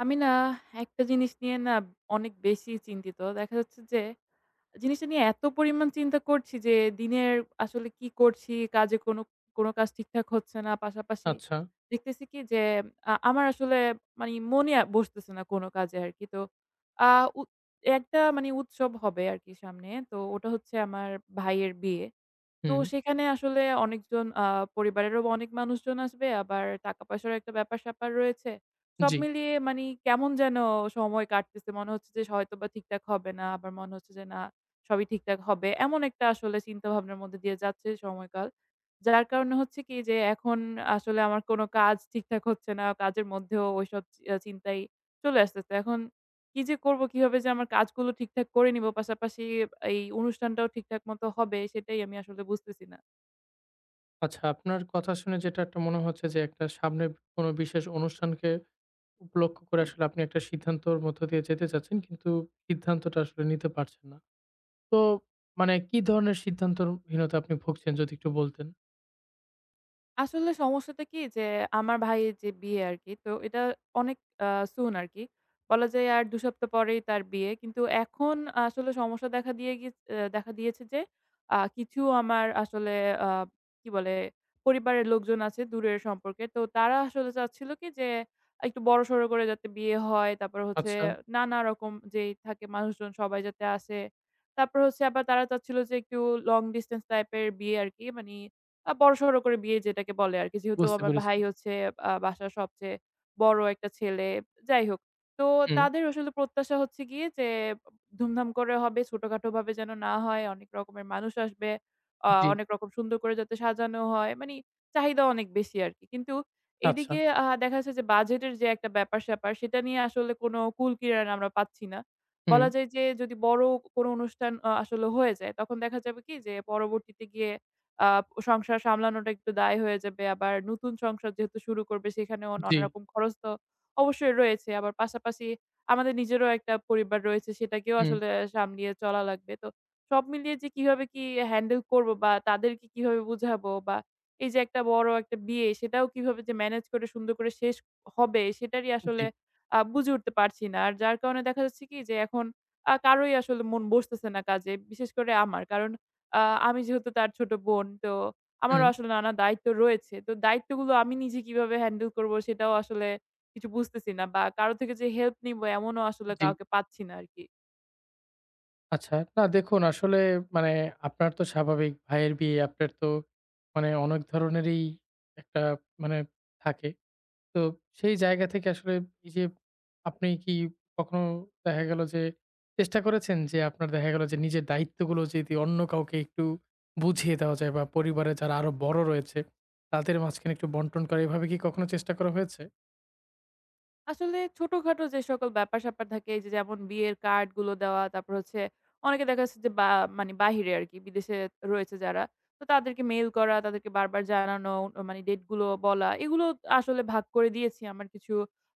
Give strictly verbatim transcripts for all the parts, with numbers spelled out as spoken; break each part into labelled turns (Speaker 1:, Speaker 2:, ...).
Speaker 1: আমি না একটা জিনিস নিয়ে না অনেক বেশি চিন্তিত। দেখা যাচ্ছে যে জিনিসটা নিয়ে এত পরিমাণ চিন্তা করছি যে দিনের আসলে কি করছি, কাজে কোনো, কোনো কাজ ঠিকঠাক হচ্ছে না। পাশাপাশি
Speaker 2: আচ্ছা,
Speaker 1: দেখতেছি কি যে আ আমার আসলে মানে মনে আ বসতেছে না কোনো কাজে আরকি। তো আ উ একটা মানে উৎসব হবে আরকি সামনে। তো ওটা হচ্ছে আমার ভাইয়ের বিয়ে। তো
Speaker 2: হুম,
Speaker 1: সেখানে আসলে অনেকজন আ পরিবারেরও অনেক মানুষজন আসবে। আবার টাকা-পয়সারও একটা ব্যাপার-স্যাপার রয়েছে। সব
Speaker 2: জি।
Speaker 1: মিলিয়ে মানি কেমন যেন সময় কাটতেছে। মনে হচ্ছে যে হয়তোবা ঠিকঠাক হবে না। আবার মনে হচ্ছে যে না, সবই ঠিকঠাক হবে। এমন একটা আসলে চিন্তাভাবনার মধ্যে দিয়ে যাচ্ছে সময়কাল। যার কারণে হচ্ছে কি যে এখন আসলে আমার কোনো কাজ ঠিকঠাক হচ্ছে না। কাজের মধ্যেও ওইসব চি আ চিন্তাই চলে আসতেছে। এখন কি যে করব? কিভাবে যে আমার কাজগুলো ঠিকঠাক করে নিব, পাশাপাশি এই অনুষ্ঠানটাও ঠিকঠাক মতো হবে, সেটাই আমি আসলে বুঝতেছি না।
Speaker 2: আচ্ছা আপনার কথা শুনে যেটা একটা মনে হচ্ছে যে একটা সামনের কোনো বিশেষ অনুষ্ঠানকে উপলক্ষ করে আসলে আপনি একটা সিদ্ধান্তর মধ্য দিয়ে যেতে চাচ্ছেন কিন্তু সিদ্ধান্তটা আসলে নিতে পারছেন না। তো মানে কি ধরনের সিদ্ধান্তহীনতা আপনি ভুগছেন যদি একটু বলতেন?
Speaker 1: আসলে সমস্যাটা কি যে আমার ভাইয়ের যে বিয়ে আরকি, তো এটা অনেক আ সুন আরকি। বলা যায় আর ২ সপ্তাহ পরেই তার বিয়ে। কিন্তু এখন আসলে সমস্যা দেখা দিয়ে গিয়ে অ্যা দেখা দিয়েছে যে আ কিছু আমার আসলে আ কি বলে পরিবারের লোকজন আছে দূরের সম্পর্কে। তো তারা আসলে চাচ্ছিল কি যে একটু বড়সড় করে যাতে বিয়ে হয়। তারপরে হচ্ছে
Speaker 2: আচ্ছা,
Speaker 1: নানা রকম যেই থাকে মানুষজন সবাই যাতে আসে। তারপর হচ্ছে আবার তারা চাচ্ছিল যে একটু লং ডিসট্যান্স টাইপের বিয়ে আরকি। মানি আ বড়সড় করে বিয়ে যেটাকে বলে আরকি। যেহেতু
Speaker 2: বুঝতে
Speaker 1: আমার
Speaker 2: পেরেছি।
Speaker 1: ভাই হচ্ছে আ বাসার সবচেয়ে বড় একটা ছেলে। যাই হোক। তো
Speaker 2: হুম,
Speaker 1: তাদের আসলে প্রত্যাশা হচ্ছে গিয়ে যে ধুমধাম করে হবে, ছোটখাটোভাবে যেন না হয়। অনেক রকমের মানুষ আসবে। আ
Speaker 2: জি,
Speaker 1: অনেক রকম সুন্দর করে যাতে সাজানো হয়। মানি চাহিদা অনেক বেশি আরকি। কিন্তু
Speaker 2: আচ্ছা,
Speaker 1: এদিকে আ দেখা যাচ্ছে যে বাজেটের যে একটা ব্যাপার-স্যাপার সেটা নিয়ে আসলে কোনো কুল-কিনারা আমরা পাচ্ছি না।
Speaker 2: হুম,
Speaker 1: বলা যায় যে যদি বড় কোনো অনুষ্ঠান আ আসলে হয়ে যায় তখন দেখা যাবে কি যে পরবর্তীতে গিয়ে আ সংসার সামলানোটা একটু দায় হয়ে যাবে। আবার নতুন সংসার যেহেতু শুরু করবে সেখানেও
Speaker 2: জি,
Speaker 1: নানা রকম খরচ তো অবশ্যই রয়েছে। আবার পাশাপাশি আমাদের নিজেরও একটা পরিবার রয়েছে সেটাকেও
Speaker 2: হুম,
Speaker 1: আসলে সামলিয়ে চলা লাগবে। তো সব মিলিয়ে যে কিভাবে কি হ্যান্ডেল করবো বা তাদেরকে কিভাবে বুঝাবো বা এই যে একটা বড় একটা বিয়ে সেটাও কিভাবে যে ম্যানেজ করে সুন্দর করে শেষ হবে সেটারই আসলে
Speaker 2: জি,
Speaker 1: আ বুঝে উঠতে পারছি না। আর যার কারণে দেখা যাচ্ছে কি যে এখন আ কারোই আসলে মন বসতেছে না কাজে। বিশেষ করে আমার। কারণ আ আমি যেহেতু তার ছোট বোন তো আমারও
Speaker 2: হুম,
Speaker 1: আসলে নানা দায়িত্ব রয়েছে। তো দায়িত্বগুলো আমি নিজে কিভাবে হ্যান্ডেল করব সেটাও আসলে কিছু বুঝতেছি না বা কারো থেকে যে হেল্প নিবো এমনও আসলে
Speaker 2: জি।
Speaker 1: কাউকে পাচ্ছি না আরকি।
Speaker 2: আচ্ছা। না দেখুন আসলে মানে আপনার তো স্বাভাবিক ভাইয়ের বিয়ে, আপনার তো মানে অনেক ধরনেরই একটা মানে থাকে। তো সেই জায়গা থেকে আসলে এই যে আপনি কি কখনো দেখা গেল যে চেষ্টা করেছেন যে আপনার দেখা গেল যে নিজের দায়িত্বগুলো যদি অন্য কাউকে একটু বুঝিয়ে দেওয়া যায় বা পরিবারে যারা আরো বড় রয়েছে তাদের মাঝখানে একটু বন্টন করা এভাবে কি কখনো চেষ্টা করা হয়েছে?
Speaker 1: আসলে ছোটখাটো যে সকল ব্যাপার-স্যাপার থাকে এই যে যেমন বিয়ের কার্ডগুলো দেওয়া, তারপর হচ্ছে অনেকে দেখা যাচ্ছে যে বা মানে বাহিরে আরকি বিদেশে রয়েছে যারা। তো তাদেরকে মেইল করা, তাদেরকে বারবার জানানো, মানে ডেটগুলো বলা এগুলো আসলে ভাগ করে দিয়েছি। আমার কিছু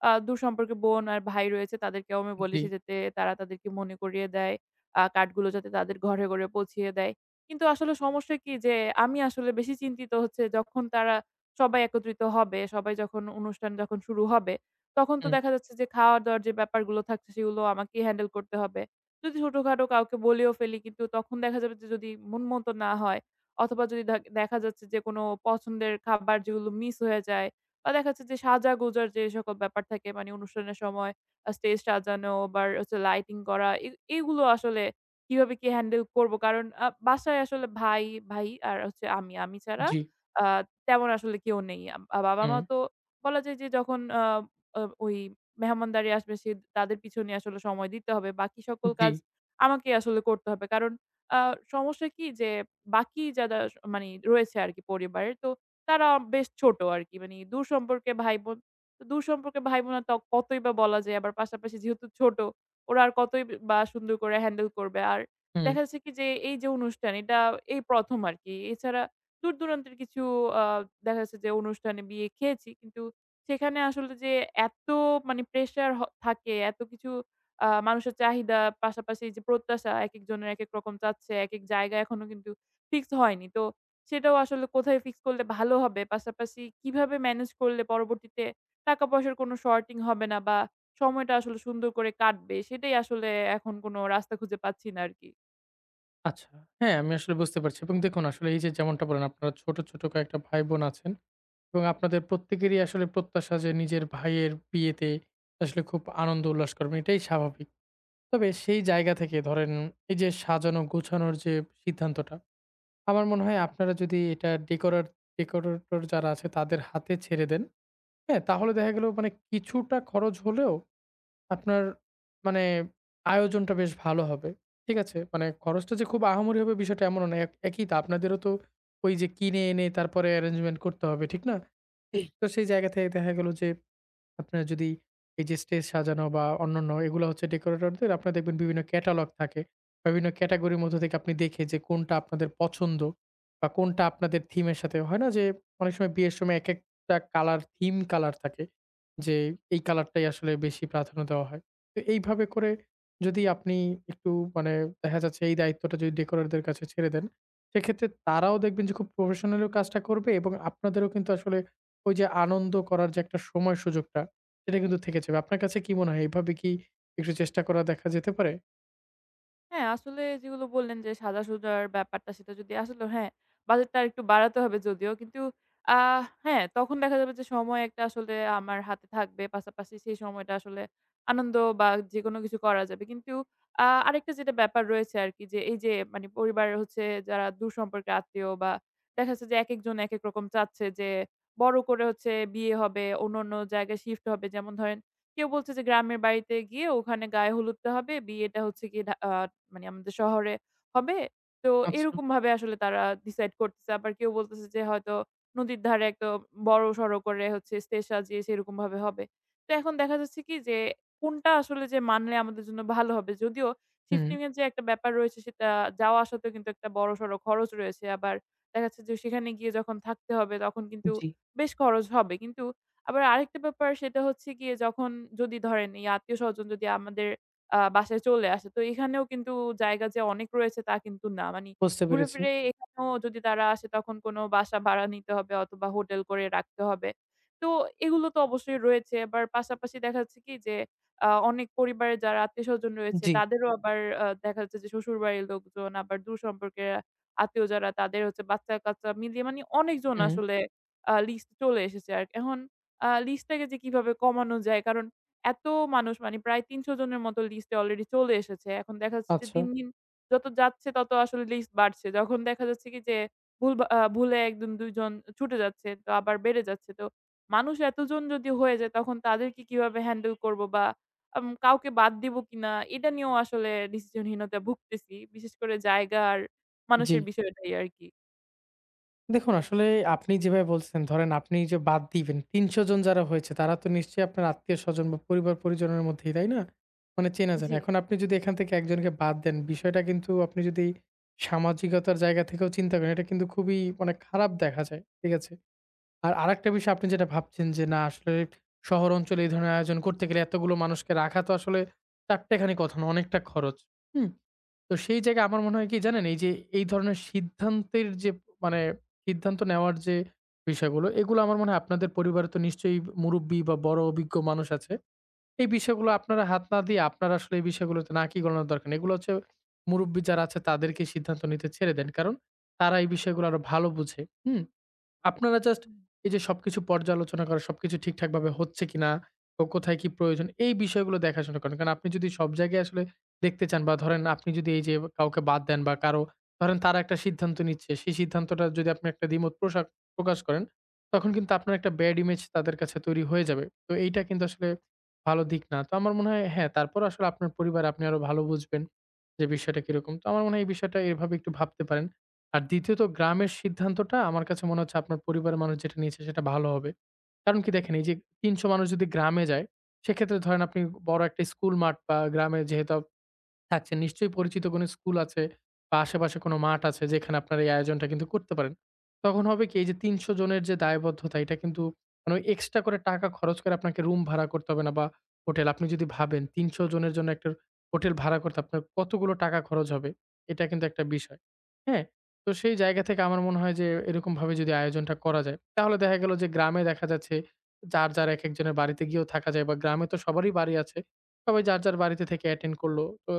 Speaker 1: আ দূরসম্পর্কে বোন আর ভাই রয়েছে তাদেরকেও আমি
Speaker 2: জি,
Speaker 1: বলেছি যাতে তারা তাদেরকে মনে করিয়ে দেয়। আ কার্ডগুলো যাতে তাদের ঘরে, ঘরে পৌঁছিয়ে দেয়। কিন্তু আসলে সমস্যা কি যে আমি আসলে বেশি চিন্তিত হচ্ছে যখন তারা সবাই একত্রিত হবে, সবাই যখন অনুষ্ঠান যখন শুরু হবে তখন তো
Speaker 2: হুম,
Speaker 1: দেখা যাচ্ছে যে খাওয়া-দাওয়ার যে ব্যাপারগুলো থাকছে সেগুলো আমাকেই হ্যান্ডেল করতে হবে। যদি ছোটখাটো কাউকে বলেও ফেলি কিন্তু তখন দেখা যাবে যে যদি মন মতো না হয় অথবা যদি দেখ দেখা যাচ্ছে যে কোনো পছন্দের খাবার যেগুলো মিস হয়ে যায় বা দেখা যাচ্ছে যে সাজা-গোজার যে সকল ব্যাপার থাকে মানে অনুষ্ঠানের সময় আ স্টেজ সাজানো বা হচ্ছে লাইটিং করা এ এগুলো আসলে কিভাবে কি হ্যান্ডেল করব? কারণ আ বাসায় আসলে ভাই, ভাই আর হচ্ছে আমি। আমি ছাড়া
Speaker 2: জি,
Speaker 1: আ তেমন আসলে কেউ নেই। আম- আ বাবা-মা
Speaker 2: হুম,
Speaker 1: তো বলা যায় যে যখন আ আ ওই মেহমানদারি আসবে সে তাদের পিছনে আসলে সময় দিতে হবে। বাকি সকল
Speaker 2: জি,
Speaker 1: কাজ আমাকে আসলে করতে হবে। কারণ আ সমস্যা কি যে বাকি যারা স মানে রয়েছে আরকি পরিবারের তো তারা বেশ ছোট আরকি। মানে দূর সম্পর্কে ভাই-বোন। তো দূর সম্পর্কে ভাই-বোন আর ত কতই বা বলা যায়। আবার পাশাপাশি যেহেতু ছোট ওরা আর কতই বা সুন্দর করে হ্যান্ডেল করবে। আর
Speaker 2: হুম।
Speaker 1: দেখা যাচ্ছে কি যে এই যে অনুষ্ঠান এটা এই প্রথম আরকি। এছাড়া দূর-দূরান্তের কিছু আ দেখা যাচ্ছে যে অনুষ্ঠানে বিয়ে খেয়েছি কিন্তু সেখানে আসলে যে এত মানে প্রেশার হ থাকে, এত কিছু আ মানুষের চাহিদা, পাশাপাশি যে প্রত্যাশা একেকজনের একেক রকম চাচ্ছে, একেক জায়গা এখনো কিন্তু ফিক্স হয়নি। তো সেটাও আসলে কোথায় ফিক্স করলে ভালো হবে? পাশাপাশি কিভাবে ম্যানেজ করলে পরবর্তীতে টাকা-পয়সার কোনো শর্টিং হবে না বা সময়টা আসলে সুন্দর করে কাটবে? সেটাই আসলে এখন কোনো রাস্তা খুঁজে পাচ্ছি না আরকি।
Speaker 2: আচ্ছা। হ্যাঁ, আমি আসলে বুঝতে পারছি এবং দেখুন আসলে এই যে যেমনটা বললেন আপনারা ছোট, ছোট কয়েকটা ভাই-বোন আছেন এবং আপনাদের প্রত্যেকেরই আসলে প্রত্যাশা যে নিজের ভাইয়ের বিয়েতে আসলে খুব আনন্দ উল্লাস করবেন। এটাই স্বাভাবিক। তবে সেই জায়গা থেকে ধরেন এই যে সাজানো গোছানোর যে সিদ্ধান্তটা, আমার মনে হয় আপনারা যদি এটা ডেকোরার ডেকোরেটর যারা আছে তাদের হাতে ছেড়ে দেন, হ্যাঁ? তাহলে দেখা গেল মানে কিছুটা খরচ হলেও আপনার মানে আয়োজনটা বেশ ভালো হবে। ঠিক আছে? মানে খরচটা যে খুব আহামরি হবে বিষয়টা এমনও না। এক একই তো আপনাদেরও তো ওই যে কিনে এনে তারপরে arrangement করতে হবে। ঠিক না? তো সেই জায়গা থেকে দেখা গেল যে আপনার যদি এই যে স্টেজ সাজানো বা অন্যান্য এগুলো হচ্ছে ডেকোরেটরদের আপনার দেখবেন বিভিন্ন ক্যাটালগ থাকে। বিভিন্ন ক্যাটেগরির মধ্য থেকে আপনি দেখে যে কোনটা আপনাদের পছন্দ বা কোনটা আপনাদের থিমের সাথে হয় না যে অনেক সময় বিয়ের সময় একেকটা কালার থিম কালার থাকে। যে এই কালারটাই আসলে বেশি প্রাধান্য দেওয়া হয়। তো এইভাবে করে যদি আপনি একটু মানে দেখা যাচ্ছে এই দায়িত্বটা যদি ডেকোরেটরদের কাছে ছেড়ে দেন, সেক্ষেত্রে তারাও দেখবেন যে খুব প্রফেশনালিও কাজটা করবে এবং আপনাদেরও কিন্তু আসলে ওই যে আনন্দ করার যে একটা সময় সুযোগটা সেটা কিন্তু থেকে যাবে। আপনার কাছে কি মনে হয় এভাবে কি একটু চেষ্টা করা দেখা যেতে পারে?
Speaker 1: হ্যাঁ, আসলে যেগুলো বললেন যে সাজাসুজার ব্যাপারটা সেটা যদি আসলেও হ্যাঁ, বাজেটটা আরেকটু বাড়াতে হবে যদিও। কিন্তু আ হ্যাঁ, তখন দেখা যাবে যে সময় একটা আসলে আমার হাতে থাকবে। পাশাপাশি সেই সময়টা আসলে আনন্দ বা যেকোনো কিছু করা যাবে। কিন্তু আ আরেকটা যেটা ব্যাপার রয়েছে আরকি যে এই যে মানে পরিবারের হচ্ছে যারা দূর সম্পর্কের আত্মীয় বা দেখা যাচ্ছে যে একেকজন একেক রকম চাচ্ছে যে বড় করে হচ্ছে বিয়ে হবে, অন্য, অন্য জায়গায় শিফট হবে। যেমন ধরেন কেউ বলছে যে গ্রামের বাড়িতে গিয়ে ওখানে গায়ে হলুদটা হবে, বিয়েটা হচ্ছে গিয়ে ঢা আ মানে আমাদের শহরে হবে। তো
Speaker 2: আচ্ছা।
Speaker 1: এরকমভাবে আসলে তারা ডিসাইড করতেছে। আবার কেউ বলতেছে যে হয়তো নদীর ধারে একটা বড়সড় করে হচ্ছে স্টেজ সাজিয়ে সেরকমভাবে হবে। তো এখন দেখা যাচ্ছে কি যে কোনটা আসলে যে মানলে আমাদের জন্য ভালো হবে। যদিও
Speaker 2: হুম।
Speaker 1: শিফটিং এর যে একটা ব্যাপার রয়েছে সেটা যাওয়া আসাতেও কিন্তু একটা বড়সড় খরচ রয়েছে। আবার দেখা যাচ্ছে যে সেখানে গিয়ে যখন থাকতে হবে তখন কিন্তু
Speaker 2: জি।
Speaker 1: বেশ খরচ হবে। কিন্তু আবার আরেকটা ব্যাপার সেটা হচ্ছে গিয়ে যখন যদি ধরেন এই আত্মীয়স্বজন যদি আমাদের আ বাসায় চলে আসে, তো এখানেও কিন্তু জায়গা যে অনেক রয়েছে তা কিন্তু না। মানে
Speaker 2: বুঝতে
Speaker 1: ঘুরে
Speaker 2: পেরেছি।
Speaker 1: ফিরে এখানেও যদি তারা আসে তখন কোনো বাসা ভাড়া নিতে হবে অথবা হোটেল করে রাখতে হবে। তো এগুলো তো অবশ্যই রয়েছে। আবার পাশাপাশি দেখা যাচ্ছে কি যে আ অনেক পরিবারের যারা আত্মীয়স্বজন রয়েছে
Speaker 2: জি।
Speaker 1: তাদেরও আবার আ দেখা যাচ্ছে যে শ্বশুরবাড়ির লোকজন আবার দূর সম্পর্কের আত্মীয় যারা তাদের হচ্ছে বাচ্চা-কাচ্চা মিলিয়ে মানে অনেকজন
Speaker 2: হুম,
Speaker 1: আসলে আ লিস্ট চলে এসেছে আর এখন আ লিস্টটাকে যে কিভাবে কমানো যায়। কারণ এত মানুষ মানে প্রায় ৩০০ জনের মতো লিস্টে অলরেডি চলে এসেছে। এখন দেখা যাচ্ছে যে
Speaker 2: আচ্ছা,
Speaker 1: দিন, দিন যত যাচ্ছে তত আসলে লিস্ট বাড়ছে। যখন দেখা যাচ্ছে কি যে ভুল বা আ ভুলে ১ জন ২ জন ছুটে যাচ্ছে তো আবার বেড়ে যাচ্ছে। তো মানুষ এতজন যদি হয়ে যায় তখন তাদেরকে কিভাবে হ্যান্ডেল করব বা আম কাউকে বাদ দিব কিনা এটা নিয়েও আসলে ডিসিশনহীনতায় ভুগতেছি। বিশেষ করে জায়গা আর
Speaker 2: জি।
Speaker 1: মানুষের বিষয়টাই আরকি।
Speaker 2: দেখুন আসলে আপনি যেভাবে বলছেন ধরেন আপনি যে বাদ দিবেন তিনশো জন যারা হয়েছে তারা তো নিশ্চয়ই আপনার আত্মীয়স্বজন বা পরিবার-পরিজনের মধ্যেই, তাই না? মানে
Speaker 1: জি।
Speaker 2: চেনাজানা। এখন আপনি যদি এখান থেকে একজনকে বাদ দেন বিষয়টা কিন্তু আপনি যদি সামাজিকতার জায়গা থেকেও চিন্তা করেন এটা কিন্তু খুবই মানে খারাপ দেখা যায়। ঠিক আছে? আর আরেকটা বিষয় আপনি যেটা ভাবছেন যে না আসলে শহর অঞ্চলে এই ধরনের আয়োজন করতে গেলে এতগুলো মানুষকে রাখা তো আসলে চারটেখানি কথা না অনেকটা খরচ। হুম? তো সেই জায়গায় আমার মনে হয় কি জানেন এই যে এই ধরনের সিদ্ধান্তের যে মানে সিদ্ধান্ত নেওয়ার যে বিষয়গুলো এগুলো আমার মনে হয় আপনাদের পরিবারে তো নিশ্চয়ই মুরুব্বি বা বড় অভিজ্ঞ মানুষ আছে। এই বিষয়গুলো আপনারা হাত না দিয়ে আপনারা আসলে এই বিষয়গুলোতে নাকি গণানোর দরকার নেই। এগুলো হচ্ছে মুরুব্বি যারা আছে তাদেরকে সিদ্ধান্ত নিতে ছেড়ে দেন। কারণ তারা এই বিষয়গুলো আরো ভালো বুঝে। হুম? আপনারা জাস্ট এই যে সবকিছু পর্যালোচনা করা, সবকিছু ঠিকঠাকভাবে হচ্ছে কিনা, ও কোথায় কি প্রয়োজন, এই বিষয়গুলো দেখাশোনা করেন। কারণ আপনি যদি সব জায়গায় আসলে দেখতে চান বা ধরেন আপনি যদি এই যে কাউকে বাদ দেন বা কারো ধরেন তারা একটা সিদ্ধান্ত নিচ্ছে, সেই সিদ্ধান্তটা যদি আপনি একটা দ্বিমত প্রসাক প্রকাশ করেন, তখন কিন্তু আপনার একটা ব্যাড ইমেজ তাদের কাছে তৈরি হয়ে যাবে। তো এইটা কিন্তু আসলে ভালো দিক না। তো আমার মনে হয় হ্যাঁ, তারপরও আসলে আপনার পরিবার আপনি আরো ভালো বুঝবেন যে বিষয়টা কিরকম। তো আমার মনে হয় এই বিষয়টা এভাবে একটু ভাবতে পারেন। আর দ্বিতীয়ত গ্রামের সিদ্ধান্তটা আমার কাছে মনে হচ্ছে আপনার পরিবারের মানুষ যেটা নিয়েছে সেটা ভালো হবে। কারণ কি দেখেন এই যে তিনশো মানুষ যদি গ্রামে যায়, সেক্ষেত্রে ধরেন আপনি বড় একটা স্কুল মাঠ বা গ্রামে যেহেতু থাকছে। নিশ্চয়ই পরিচিত কোনো স্কুল আছে বা আশেপাশে কোনো মাঠ আছে যেখানে আপনার এই আয়োজনটা কিন্তু করতে পারেন। তখন হবে কি এই যে তিনশো জনের যে দায়বদ্ধতা এটা কিন্তু মানে ওই এক্সট্রা করে টাকা খরচ করে আপনাকে রুম ভাড়া করতে হবে না বা হোটেল। আপনি যদি ভাবেন তিনশো জনের জন্য একটা হোটেল ভাড়া করতে আপনার কতগুলো টাকা খরচ হবে এটা কিন্তু একটা বিষয়। হ্যাঁ? তো সেই জায়গা থেকে আমার মনে হয় যে এরকমভাবে যদি আয়োজনটা করা যায় তাহলে দেখা গেল যে গ্রামে দেখা যাচ্ছে যার, যার একেকজনের বাড়িতে গিয়েও থাকা যায় বা গ্রামে তো সবারই বাড়ি আছে। সবাই যার, যার বাড়িতে থেকে অ্যাটেন্ড করল। তো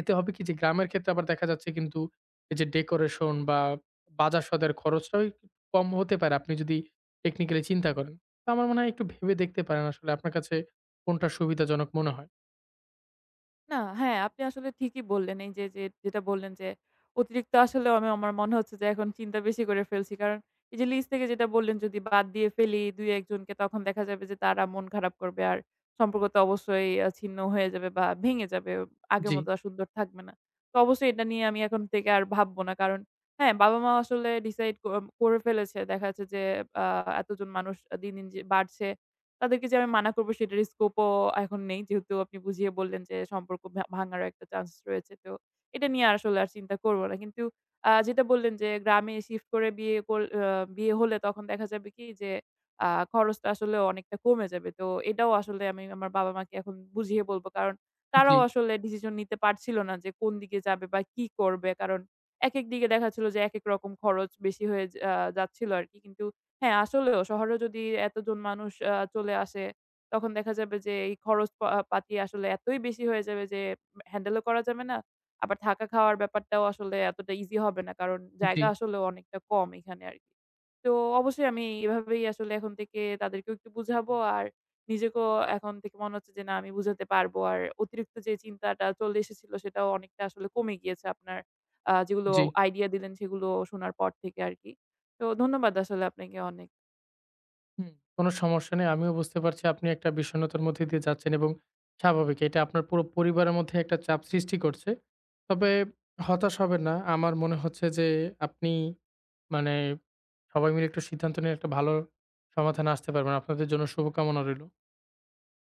Speaker 2: এতে হবে কি যে গ্রামের ক্ষেত্রে আবার দেখা যাচ্ছে কিন্তু এই যে ডেকোরেশন বা বাজার সদাইয়ের খরচটাও একটু কম হতে পারে আপনি যদি টেকনিক্যালি চিন্তা করেন। তো আমার মনে হয় একটু ভেবে দেখতে পারেন আসলে আপনার কাছে কোনটা সুবিধাজনক মনে হয়।
Speaker 1: না, হ্যাঁ, আপনি আসলে ঠিকই বললেন। এই যে, যে যেটা বললেন যে, অতিরিক্ত আসলে আমি আমার মনে হচ্ছে যে এখন চিন্তা বেশি করে ফেলছি। কারণ এই যে লিস্ট থেকে যেটা বললেন যদি বাদ দিয়ে ফেলি ২-১ জনকে তখন দেখা যাবে যে তারা মন খারাপ করবে। আর সম্পর্ক তো অবশ্যই আ ছিন্ন হয়ে যাবে বা ভেঙে যাবে। আগের
Speaker 2: জি,
Speaker 1: মতো আর সুন্দর থাকবে না। তো অবশ্যই এটা নিয়ে আমি এখন থেকে আর ভাববো না। কারণ হ্যাঁ, বাবা-মা আসলে ডিসাইড ক করে ফেলেছে। দেখা যাচ্ছে যে আ এতজন মানুষ দিন, দিন যে বাড়ছে। তাদেরকে যে আমি মানা করব সেটার স্কোপও এখন নেই। যেহেতু আপনি বুঝিয়ে বললেন যে সম্পর্ক ভা ভাঙারও একটা চান্স রয়েছে। তো এটা নিয়ে আর আসলে আর চিন্তা করব না। কিন্তু আ যেটা বললেন যে গ্রামে শিফট করে বিয়ে কর আ বিয়ে হলে তখন দেখা যাবে কি যে আ খরচটা আসলে অনেকটা কমে যাবে। তো এটাও আসলে আমি আমার বাবা-মাকে এখন বুঝিয়ে বলব। কারণ
Speaker 2: জি,
Speaker 1: তারাও আসলে ডিসিশন নিতে পারছিল না যে কোন দিকে যাবে বা কি করবে। কারণ একেক দিকে দেখা ছিল যে একেক রকম খরচ বেশি হয়ে যা আ যাচ্ছিল আরকি। কিন্তু হ্যাঁ, আসলেও শহরে যদি এতজন মানুষ আ চলে আসে, তখন দেখা যাবে যে এই খরচ পা আহ, পাতি আসলে এতই বেশি হয়ে যাবে যে হ্যান্ডেলও করা যাবে না। আবার থাকা খাওয়ার ব্যাপারটাও আসলে এতটা ইজি হবে না। কারণ
Speaker 2: জি,
Speaker 1: জায়গা আসলেও অনেকটা কম এখানে আরকি। তো অবশ্যই আমি এভাবেই আসলে এখন থেকে তাদেরকেও একটু বুঝাবো। আর নিজেকেও এখন থেকে মনে হচ্ছে যে না আমি বুঝাতে পারবো। আর অতিরিক্ত যে চিন্তাটা চলে এসেছিল সেটাও অনেকটা আসলে কমে গিয়েছে আপনার আ যেগুলো
Speaker 2: জি।
Speaker 1: আইডিয়া দিলেন সেগুলো শোনার পর থেকে আরকি। তো ধন্যবাদ আসলে আপনাকে অনেক।
Speaker 2: হুম। কোনো সমস্যা নেই। আমিও বুঝতে পারছি আপনি একটা বিষণ্ণতার মধ্যে দিয়ে যাচ্ছেন এবং স্বাভাবিক। এটা আপনার পুরো পরিবারের মধ্যে একটা চাপ সৃষ্টি করছে। তবে হতাশ হবেন না। আমার মনে হচ্ছে যে আপনি মানে সবাই মিলে একটু সিদ্ধান্ত নিয়ে একটা ভালো সমাধানে আসতে পারবেন। আপনাদের জন্য শুভকামনা রইল।